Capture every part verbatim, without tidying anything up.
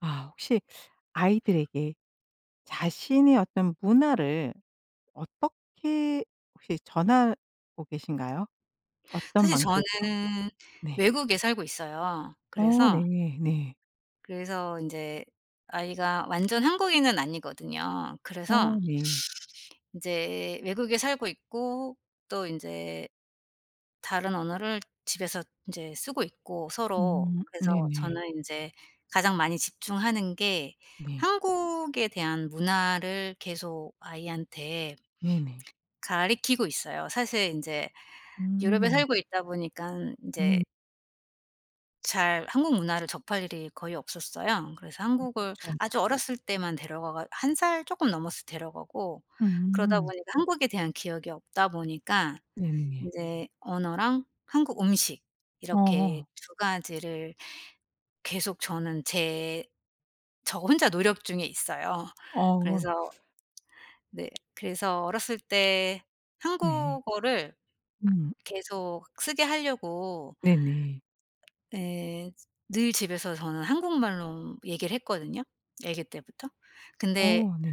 아 혹시 아이들에게 자신의 어떤 문화를 어떻게 혹시 전하고 계신가요? 어떤 사실 방식으로? 저는 네. 외국에 살고 있어요. 어 그래서 네. 네. 그래서 인제 아이가 완전 한국인은 아니거든요. 어 그래서 네. 인제 외국에 살고 있고, 또 인제 다른 언어를 집에서 인제 쓰고 있고 서로. 음 그래서 네네. 저는 인제 가장 많이 집중하는 게 네. 한국에 대한 문화를 계속 아이한테 네네. 가르키고 있어요. 사실 인제 유럽에 음. 살고 있다 보니깐 인제 음. 잘 한국 문화를 접할 일이 거의 없었어요. 그래서 한국을 그렇죠. 아주 어렸을 때만 데려가, 한 살 조금 넘었을 때 데려가고, 그러다 음. 보니까 한국에 대한 기억이 없다 보니까 네네. 인제 언어랑 한국 음식, 이렇게 어어. 두 가지를 계속 저는 제 저 혼자 노력 중에 있어요. 어 그래서 네, 그래서 어렸을 때 네. 한국어를 음. 계속 쓰게 하려고, 네네. 예. 늘 집에서 저는 한국말로 얘기를 했거든요, 아기 때부터. 근데 어 네.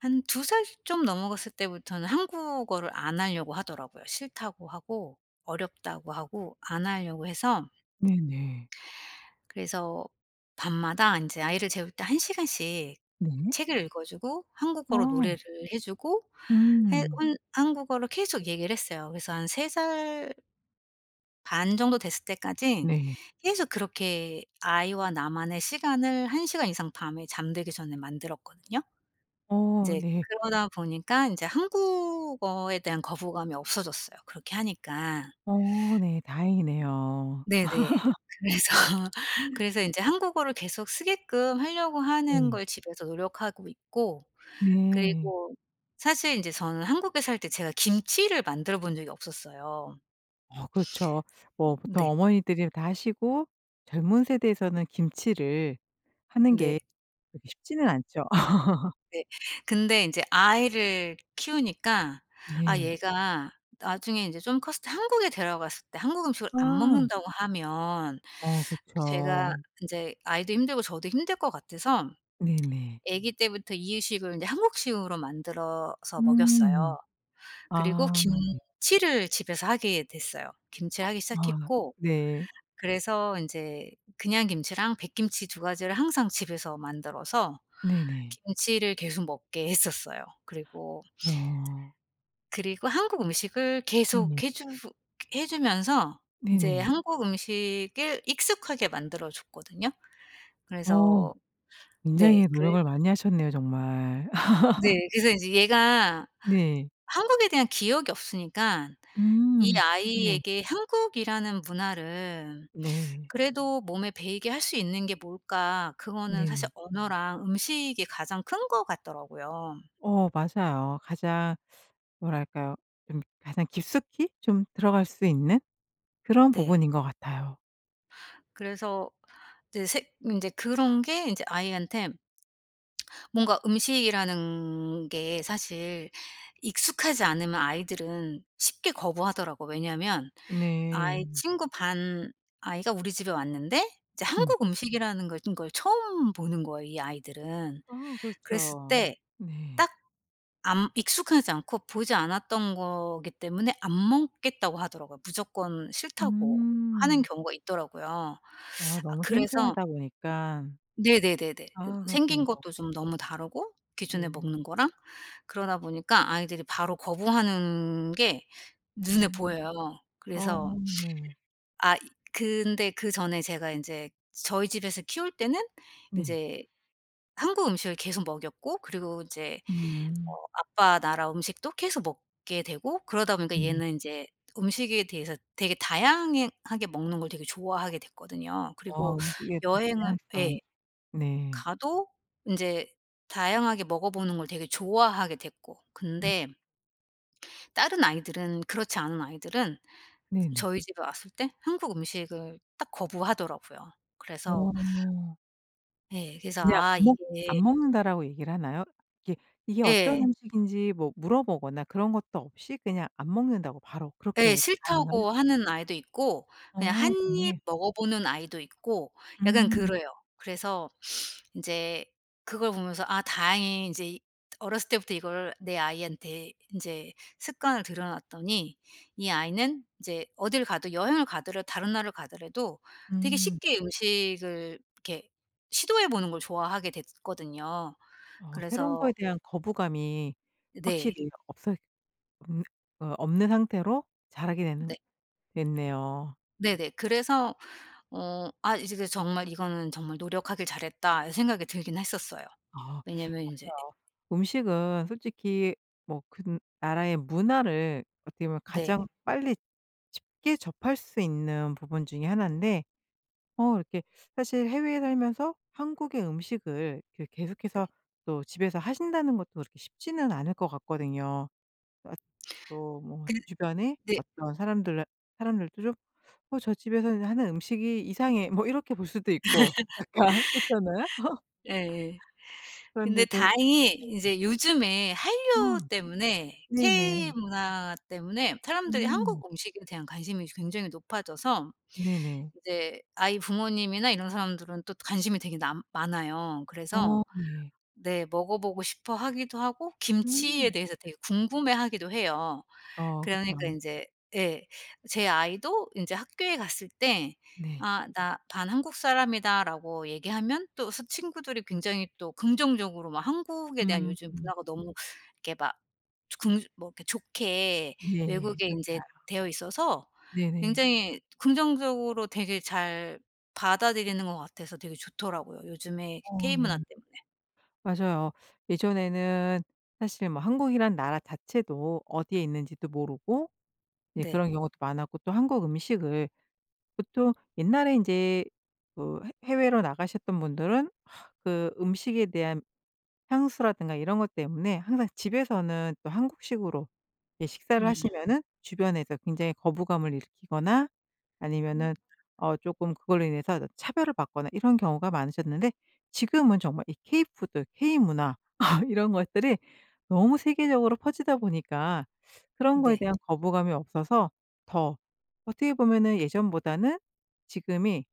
한 두 살 좀 넘어갔을 때부터는 한국어를 안 하려고 하더라고요. 싫다고 하고, 어렵다고 하고 안 하려고 해서, 네네. 그래서 밤마다 인제 아이를 재울 때 한 시간씩 네. 책을 읽어 주고, 한국어로 어. 노래를 해 주고, 해 음. 혼 한국어로 계속 얘기를 했어요. 그래서 한 세 살 반 정도 됐을 때까지 네. 계속 그렇게 아이와 나만의 시간을 한 시간 이상 밤에 잠들기 전에 만들었거든요. 이어 제 네. 그러다 보니까 인제 한국어에 대한 거부감이 없어졌어요, 그렇게 하니까. 어 네. 다행이네요. 네네. 그래서 그래서 인제 한국어를 계속 쓰게끔 하려고 하는 네. 걸 집에서 노력하고 있고, 네. 그리고 사실 인제 저는 한국에 살 때 제가 김치를 만들어 본 적이 없었어요. 어 그렇죠. 뭐 보통 네. 어머니들이 다 하시고 젊은 세대에서는 김치를 하는 게 네. 그렇게 쉽지는 않죠. 네. 근데 인제 아이를 키우니까, 아 네. 얘가 나중에 인제 좀 컸을 때 한국에 데려갔을 때 한국 음식을 안 아. 먹는다고 하면 어 제가, 그쵸. 인제 아이도 힘들고 저도 힘들 것 같아서 네네. 아기 때부터 이유식을 인제 한국식으로 만들어서 음. 먹였어요. 그리고 아 네. 김치를 집에서 하게 됐어요. 김치를 하기 아 시작했고, 네. 그래서 인제 그냥 김치랑 백김치 두 가지를 항상 집에서 만들어서 네네. 김치를 계속 먹게 했었어요. 그리고 어. 그리고 한국 음식을 네네. 계속 해주 해 주면서 인제 네네. 한국 음식을 익숙하게 만들어 줬거든요. 어 그래서, 네. 굉장히 그 노력을 많이 하셨네요 정말. 네. 그래서 인제 얘가 네. 한국에 대한 기억이 없으니깐 이 음. 네. 아이에게 '한국이라는 문화를 네. 그래도 몸에 배이게 할 수 있는 게 뭘까?' 그거는 사실 네네. 언어랑 음식이 가장 큰 것 같더라고요. 어 맞아요. 가장 뭐랄까요? 좀 가장 깊숙이 좀 들어갈 수 있는 그런 네. 부분인 것 같아요. 그래서 이제 색 인제 그런 게 인제 아이한테 뭔가, 음식이라는 게 사실 익숙하지 않으면 아이들은 쉽게 거부하더라고. 왜냐하면 네. 아이 친구 반 아이가 우리 집에 왔는데 이제 음. 한국 음식이라는 걸 걸 처음 보는 거예요, 이 아이들은. 아 그랬을 그렇죠. 때 네. 안 익숙하지 않고 보지 않았던 거기 때문에 안 먹겠다고 하더라고요. 무조건 싫다고 하는 음. 경우가 있더라고요. 아 아, 너무 그래서, 생소하다 보니까 네네네네. 그 아 그렇군요. 생긴 것도 좀 너무 다르고 기존에 네. 먹는 거랑, 그러다 보니까 아이들이 바로 거부하는 게 눈에 음. 보여요. 어 그래서 네. 아 이, 근데 그전에 제가 인제 저희 집에서 키울 때는 네. 인제 한국 음식을 계속 먹였고, 그리고 인제 어 음. 아빠 나라 음식도 계속 먹게 되고, 그러다 보니까 네네. 얘는 인제 음식에 대해서 되게 다양해 하게 먹는 걸 되게 좋아하게 됐거든요. 아 그리고 음식의 그 여행을, 예. 다양성. 네. 가도 인제 다양하게 먹어 보는 걸 되게 좋아하게 됐고, 아, 근데 다른 아이들은, 그렇지 않은 아이들은 네네. 저희 집에 왔을 때 한국 음식을 딱 거부하더라고요. 그래서 어. 예, 그래서 그냥 아 안 이게, 먹 "안 먹는다."라고 얘기를 하나요? 이게 이게 어떤 예. 음. 식인지 뭐 물어보거나 그런 것도 없이 그냥 "안 먹는다."고 바로 예. 그렇게 반응을 하시 싫다고 하는 아이도 있고, 그냥 어 한 입 네. 먹어보는 아이도 있고, 약간 음. 그래요. 그래서 인제 그걸 보면서, '아 다행히 인제 어렸을 때부터 이걸 내 아이한테 인제 습관을 들여 놨더니 이 아이는 인제 어딜 가도, 여행을 가더라도, 다른 나라를 가더라도 되게 음. 쉽게 음식을 이렇게 시도해 보는 걸 좋아하게 됐거든요. 어 새로운 그래서, 거에 대한 거부감이 네. 확실히 없어 없는 어 없는 상태로 자라게 되는 네. 됐네요. 네네. 그래서 어 아, 이제 그 정말 '이거는 정말 노력하길 잘했다.' 생각이 들긴 했었어요. 아 왜냐면 이제, 맞아요. 음식은 솔직히 뭐 그 나라의 문화를 어떻게 보면 네. 가장 빨리 쉽게 접할 수 있는 부분 중에 하나인데 어 이렇게 사실 해외에 살면서 한국의 음식을 이렇게 그, 계속해서 또 집에서 하신다는 것도 그렇게 쉽지는 않을 것 같거든요. 아 또 뭐 네. 주변에 근데 어떤 사람들 사람들도 좀 '어 저 집에서는 하는 음식이 이상해.' 뭐 이렇게 볼 수도 있고 약간 그렇잖아요. 예예. 근데 그런데도 다행히 이제 요즘에 네. 한류 어 때문에, K 네네. 문화 때문에 사람들이 음. 한국 음식에 대한 관심이 굉장히 높아져서 네네. 이제 아이 부모님이나 이런 사람들은 또 관심이 되게 남 많아요. 어 그래서 네. 네, 먹어보고 싶어 하기도 하고 음. 김치에 대해서 되게 궁금해하기도 해요. 어 그러니까 그쵸. 인제, 예. 제 아이도 인제 학교에 갔을 때 네. "아 나 반 한국 사람이다."라고 얘기하면 또 스 친구들이 굉장히 또 긍정적으로 막, 한국에 대한 음. 요즘 음. 문화가 너무 이렇게 막 조 긍 뭐 이렇게 좋게 네. 외국에 인제 맞아요. 되어 있어서 네네. 굉장히 긍정적으로 되게 잘 받아들이는 것 같아서 되게 좋더라고요. 요즘에 어 K 네. 문화 때문에. 맞아요. 예전에는 사실 뭐 한국이란 나라 자체도 어디에 있는지도 모르고 이제 네. 그런 경우도 많았고 또 한국 음식을 보통 옛날에 이제 그 해 해외로 나가셨던 분들은 하, 그 음식에 대한 향수라든가 이런 것 때문에 항상 집에서는 또 한국식으로 이제 식사를 음. 하시면은 주변에서 굉장히 거부감을 일으키거나 음. 아니면은 어쪼 그걸로 인해서 차별을 받거나 이런 경우가 많으셨는데 지금은 정말 이 케이푸드, 케이문화 이런 것들이 너무 세계적으로 퍼지다 보니까 그런 거에 네. 대한 거부감이 없어서 더 어떻게 보면은 예전보다는 지금이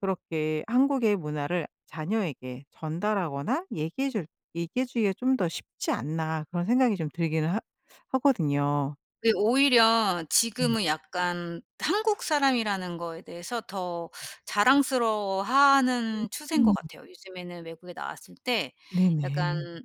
그렇게 한국의 문화를 자녀에게 전달하거나 얘기해 줄 얘기해 주기가 좀 더 쉽지 않나 그런 생각이 좀 들기는 하 하거든요. 네. 오히려 네. 지금은 약간 한국 사람이라는 거에 대해서 더 자랑스러워하는 추세인 것 음. 같아요. 요즘에는 외국에 나왔을 때 네네. 약간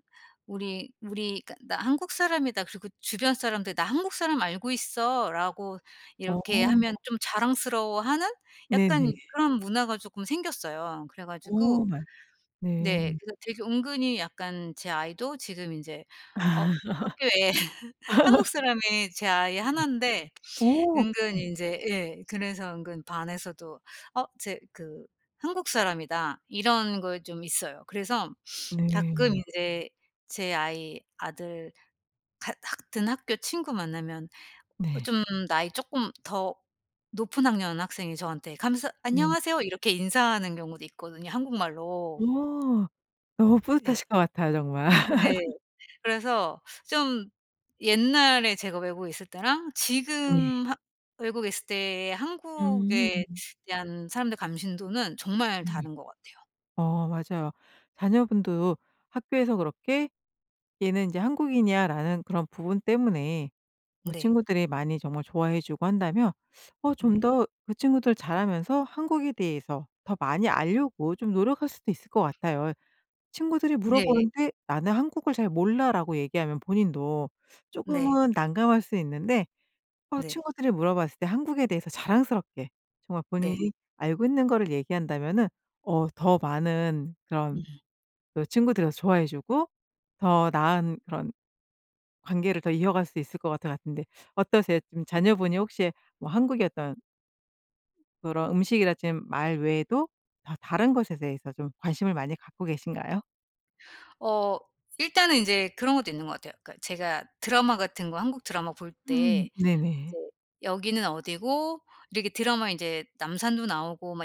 우리 우리 그러니까 '나 한국 사람이다.' 그리고 주변 사람들 "나 한국 사람 알고 있어."라고 어. 이렇게 하면 좀 자랑스러워하는 네네. 약간 그런 문화가 조금 생겼어요. 그래 어 가지고, 맞 네. 네. 그래서 되게 은근히, 약간 제 아이도 지금 이제 어 학교에 한국 사람이 제 아이 네. 나 인데 어 은근 이제 예, 그래서 은근 반에서도 '어 제 그 한국 사람이다.' 이런 거 좀 있어요. 그래서 가끔 네. 인제, 제 아이 아들 같 같은 학교 친구 만나면, 어 네. 좀 나이 쪼끔 더 높은 학년 학생이 저한테 감사 네. "안녕하세요." 이렇게 인사하는 경우도 있거든요, 한국말로. 어. 너무 예. 뿌듯하실 것 같아요 정말. 네. 그래서 좀, 옛날에 제가 외국에 있을 때랑 네. 지금 하 외국에 있을 때의 음 한국에 대한 사람들 감심도는 정말 네네. 다른 것 같아요. 어 맞아요. 자녀분도 학교에서 그렇게 '얘는 인제 한국인이야.'라는 그런 부분 때문에 뭐 네. 친구들이 많이 정말 좋아해 주고 한다면 어 좀 네. 더 그 친구들 잘하면서 한국에 대해서 더 많이 알려고 좀 노력할 수도 있을 것 같아요. 친구들이 네. 물어보는데 "나는 한국을 잘 몰라."라고 얘기하면 본인도 조금 네. 은 난감할 수 있는데 어 네. 친구들이 물어봤을 때 한국에 대해서 자랑스럽게 정말 네. 본인이 알고 있는 거를 얘기한다면은 어 더 많은 음. 그런 또 친구들이 좋아해 주고 더 나은 그런 관계를 더 이어갈 수 있을 것 같아 같은데 어떠세요? 지금 자녀분이 혹시 뭐 한국의 어떤 그런 음식이라 지금 말 외에도 더 다른 것에 대해서 좀 관심을 많이 갖고 계신가요? 어, 일단은 인제 그런 것도 있는 것 같아요. 그러니까 제가 드라마 같은 거 한국 드라마 볼 음 때 네네. 이제 여기는 어디고 이렇게, 드라마 인제 남산도 나오고 막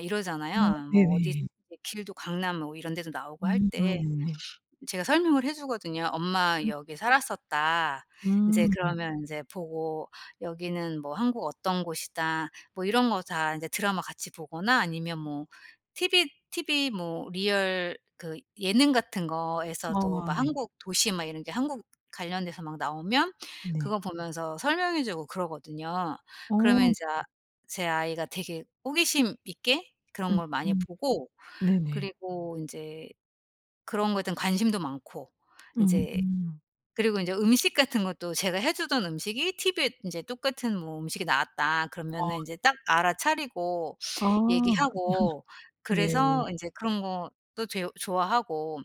어 이러잖아요. 뭐 어디 네네. 길도 강남 뭐 이런 데도 나오고 할 음. 아 때 네네. 제가 설명을 해 주거든요. "엄마 여기 살았었다." 이제 음. 그러면 이제 보고 "여기는 뭐 한국 어떤 곳이다." 뭐 이런 거 다 이제 드라마 같이 보거나, 아니면 뭐 티비 티비 뭐 리얼 그 예능 같은 거에서도 아 막 네. 한국 도시 막 이런 게 한국 관련돼서 막 나오면 네. 그거 보면서 설명해 주고 그러거든요. 그러면 어. 이제 아 제 아이가 되게 호기심 있게 그런 걸 많이 음음. 보고, 네네. 그리고 이제 그런 거에 대한 관심도 많고, 이제 음음. 그리고 인제 음식 같은 것도 제가 해 주던 음식이 티비에 인제 똑같은 뭐 음식이 나왔다 어. 그러면은 인제 딱 알아차리고 아 얘기하고, 네. 그래서 인제 그런 것도 제 좋아하고,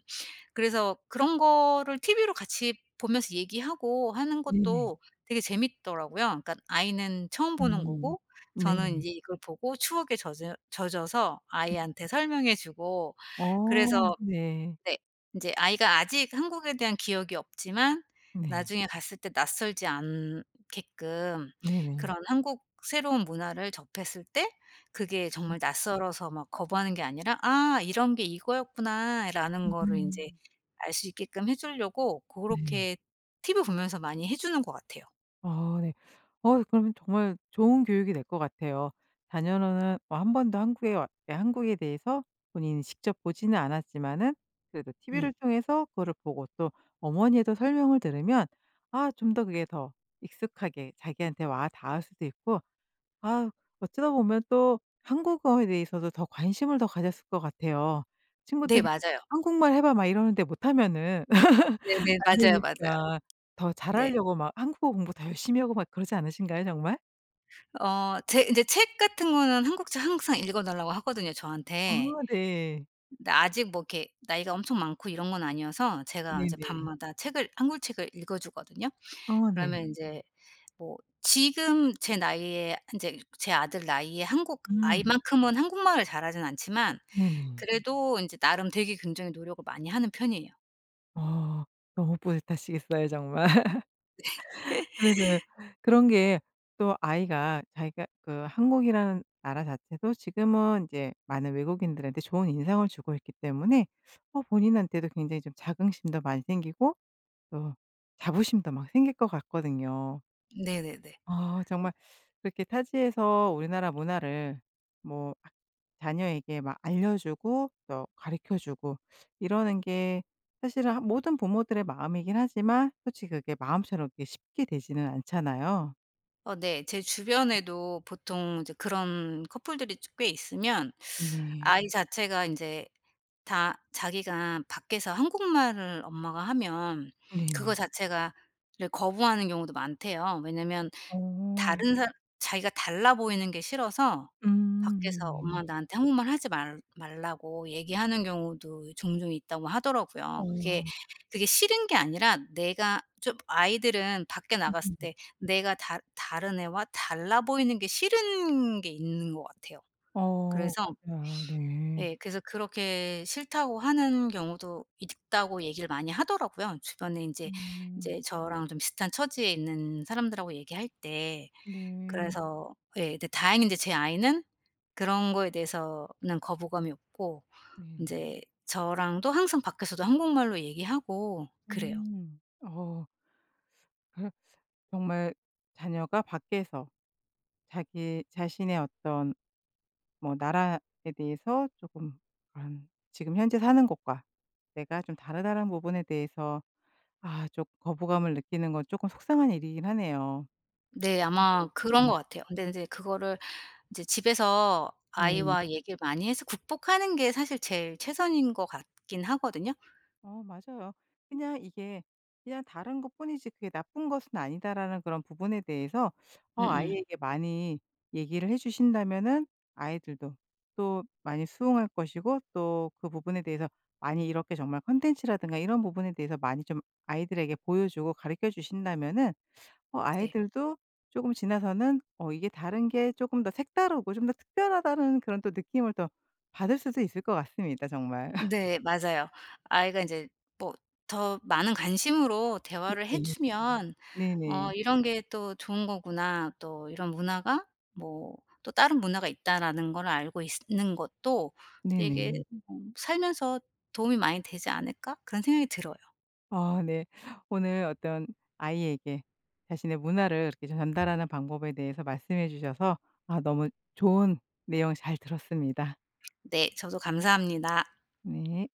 그래서 그런 거를 티비로 같이 보면서 얘기하고 하는 네네. 것도 되게 재밌더라고요. 그러니까 아이는 처음 보는 음. 거고 네. 저는 인제 이걸 보고 추억에 젖어 젖어서 아이한테 설명해 주고, 어 그래서, 네. 네. 인제 아이가 아직 한국에 대한 기억이 없지만 네. 나중에 갔을 때 낯설지 않게끔, 네네. 그런 한국 새로운 문화를 접했을 때 그게 정말 낯설어서 막 거부하는 게 아니라 '아 이런 게 이거였구나.'라는 거를 인제 음. 알 수 있게끔 해 주려고 네네. 고렇게 티비 보면서 많이 해 주는 것 같아요. 아 네. 어 그러면 정말 좋은 교육이 될 것 같아요. 자녀는 뭐 번도 한국에 와 예 한국에 대해서 본인이 직접 보지는 않았지만은 그래도 티 음. 티비를 통해서 그거를 보고 또 어머니도 에 설명을 들으면 아 좀 더 그게 더 익숙하게 자기한테 와 닿을 수도 있고 아 어쩌다 보면 또 한국어에 대해서도 더 관심을 더 가졌을 것 같아요. 네 친구들이 맞아요. "한국말 해 봐." 막 이러는데 못하면은. 네네. 안 맞아요, 맞아요. 되니까 더 네. 잘하려고 막 한국어 공부 더 열심히 하고 막 그러지 않으신가요 정말? 어 제 인제 책 같은 거는 한국 책 항상 읽어 달라고 하거든요, 아 저한테. 네. 근데 아직 뭐 이렇게 나이가 엄청 많고 이런 건 아니어서 제가 이제 네네. 밤마다 책을, 한국 책을 읽어 주거든요. 어 네. 그러면 이제 뭐 지금 제 나이에, 이제 제 아들 나이에 한국 음. 아이만큼은 한국말을 잘하진 않지만 네네. 그래도 인제 나름 되게 굉장히 노력을 많이 하는 편이에요. 어 너무 뿌듯하시겠어요 정말. 그래서 그런 게 또 아이가 자기가 그 한국이라는 나라 자체도 지금은 인제 많은 외국인들한테 좋은 인상을 주고 있기 때문에 어 본인한테도 굉장히 좀 자긍심도 많이 생기고 또 자부심도 막 생길 것 같거든요. 네네네. 아 정말 그렇게 타지에서 우리나라 문화를 뭐 아 자녀에게 막 알려주고 또 가르쳐 주고 이러는 게 사실은 하 모든 부모들의 마음이긴 하지만 솔직히 그게 마음처럼 이렇게 쉽게 되지는 않잖아요. 어 네. 제 주변에도 보통 이제 그런 커플들이 꽤 있으면, 네. 아이 자체가 인제 다 자기가 밖에서 한국말을 엄마가 하면 그거 네네. 자체가 를 거부하는 경우도 많대요. 왜냐면 어. 다른 사 자기가 달라 보이는 게 싫어서, 음. 밖에서 네. 엄마 나한테 한국말 하지 말 말라고 얘기하는 경우도 종종 있다고 하더라고요. 어. 그게 그게 싫은 게 아니라 내가 좀, 아이들은 밖에 나갔을 음. 때 내가 다 다른 애와 달라 보이는 게 싫은 게 있는 것 같아요. 어 그래서 맞아요. 네. 예, 그래서 그렇게 싫다고 하는 경우도 있다고 얘기를 많이 하더라고요. 주변에 인제, 음. 인제 저랑 좀 비슷한 처지에 있는 사람들하고 얘기할 때. 네. 그래서 예, 근데 다행히 이제 제 아이는 그런 거에 대해서는 거부감이 없고, 네네. 인제 저랑도 항상 밖에서도 한국말로 얘기하고 그래요. 음. 어. 그 정말 자녀가 밖에서 자기 자신의 어떤 뭐 나라에 대해서 조금 그런 지금 현재 사는 곳과 내가 좀 다르다는 부분에 대해서 아 좀 거부감을 느끼는 건 조금 속상한 일이긴 하네요. 네 아마 그런 네. 것 같아요. 근데 인제 그거를 이제 집에서 네. 아이와 얘기를 많이 해서 극복하는 게 사실 제일 최선인 것 같긴 하거든요. 어 맞아요. 그냥 이게 그냥 다른 것뿐이지 그게 나쁜 것은 아니다라는 그런 부분에 대해서 어 음. 음음. 아이에게 많이 얘기를 해 주신다면은 아이들도 또 많이 수긍할 것이고 또 그 부분에 대해서 많이 이렇게 정말 컨텐츠라든가 이런 부분에 대해서 많이 좀 아이들에게 보여주고 가르쳐 주신다면은 어 네. 아이들도 조금 지나서는 어 이게 다른 게 조금 더 색다르고 좀 더 특별하다는 그런 또 느낌을 또 받을 수도 있을 것 같습니다 정말. 네 맞아요. 아이가 인제 뭐 더 많은 관심으로 대화를 해 네. 주면 '어 네네. 이런 게 또 좋은 거구나. 또 이런 문화가 뭐 또 다른 문화가 있다.'라는 걸 알고 있는 것도 되게 네네. 음 '살면서 도움이 많이 되지 않을까?' 그런 생각이 들어요. 아 네. 오늘 어떤 아이에게 자신의 문화를 이렇게 전달하는 방법에 대해서 말씀해 주셔서 아 너무 좋은 내용 잘 들었습니다. 네. 저도 감사합니다. 네.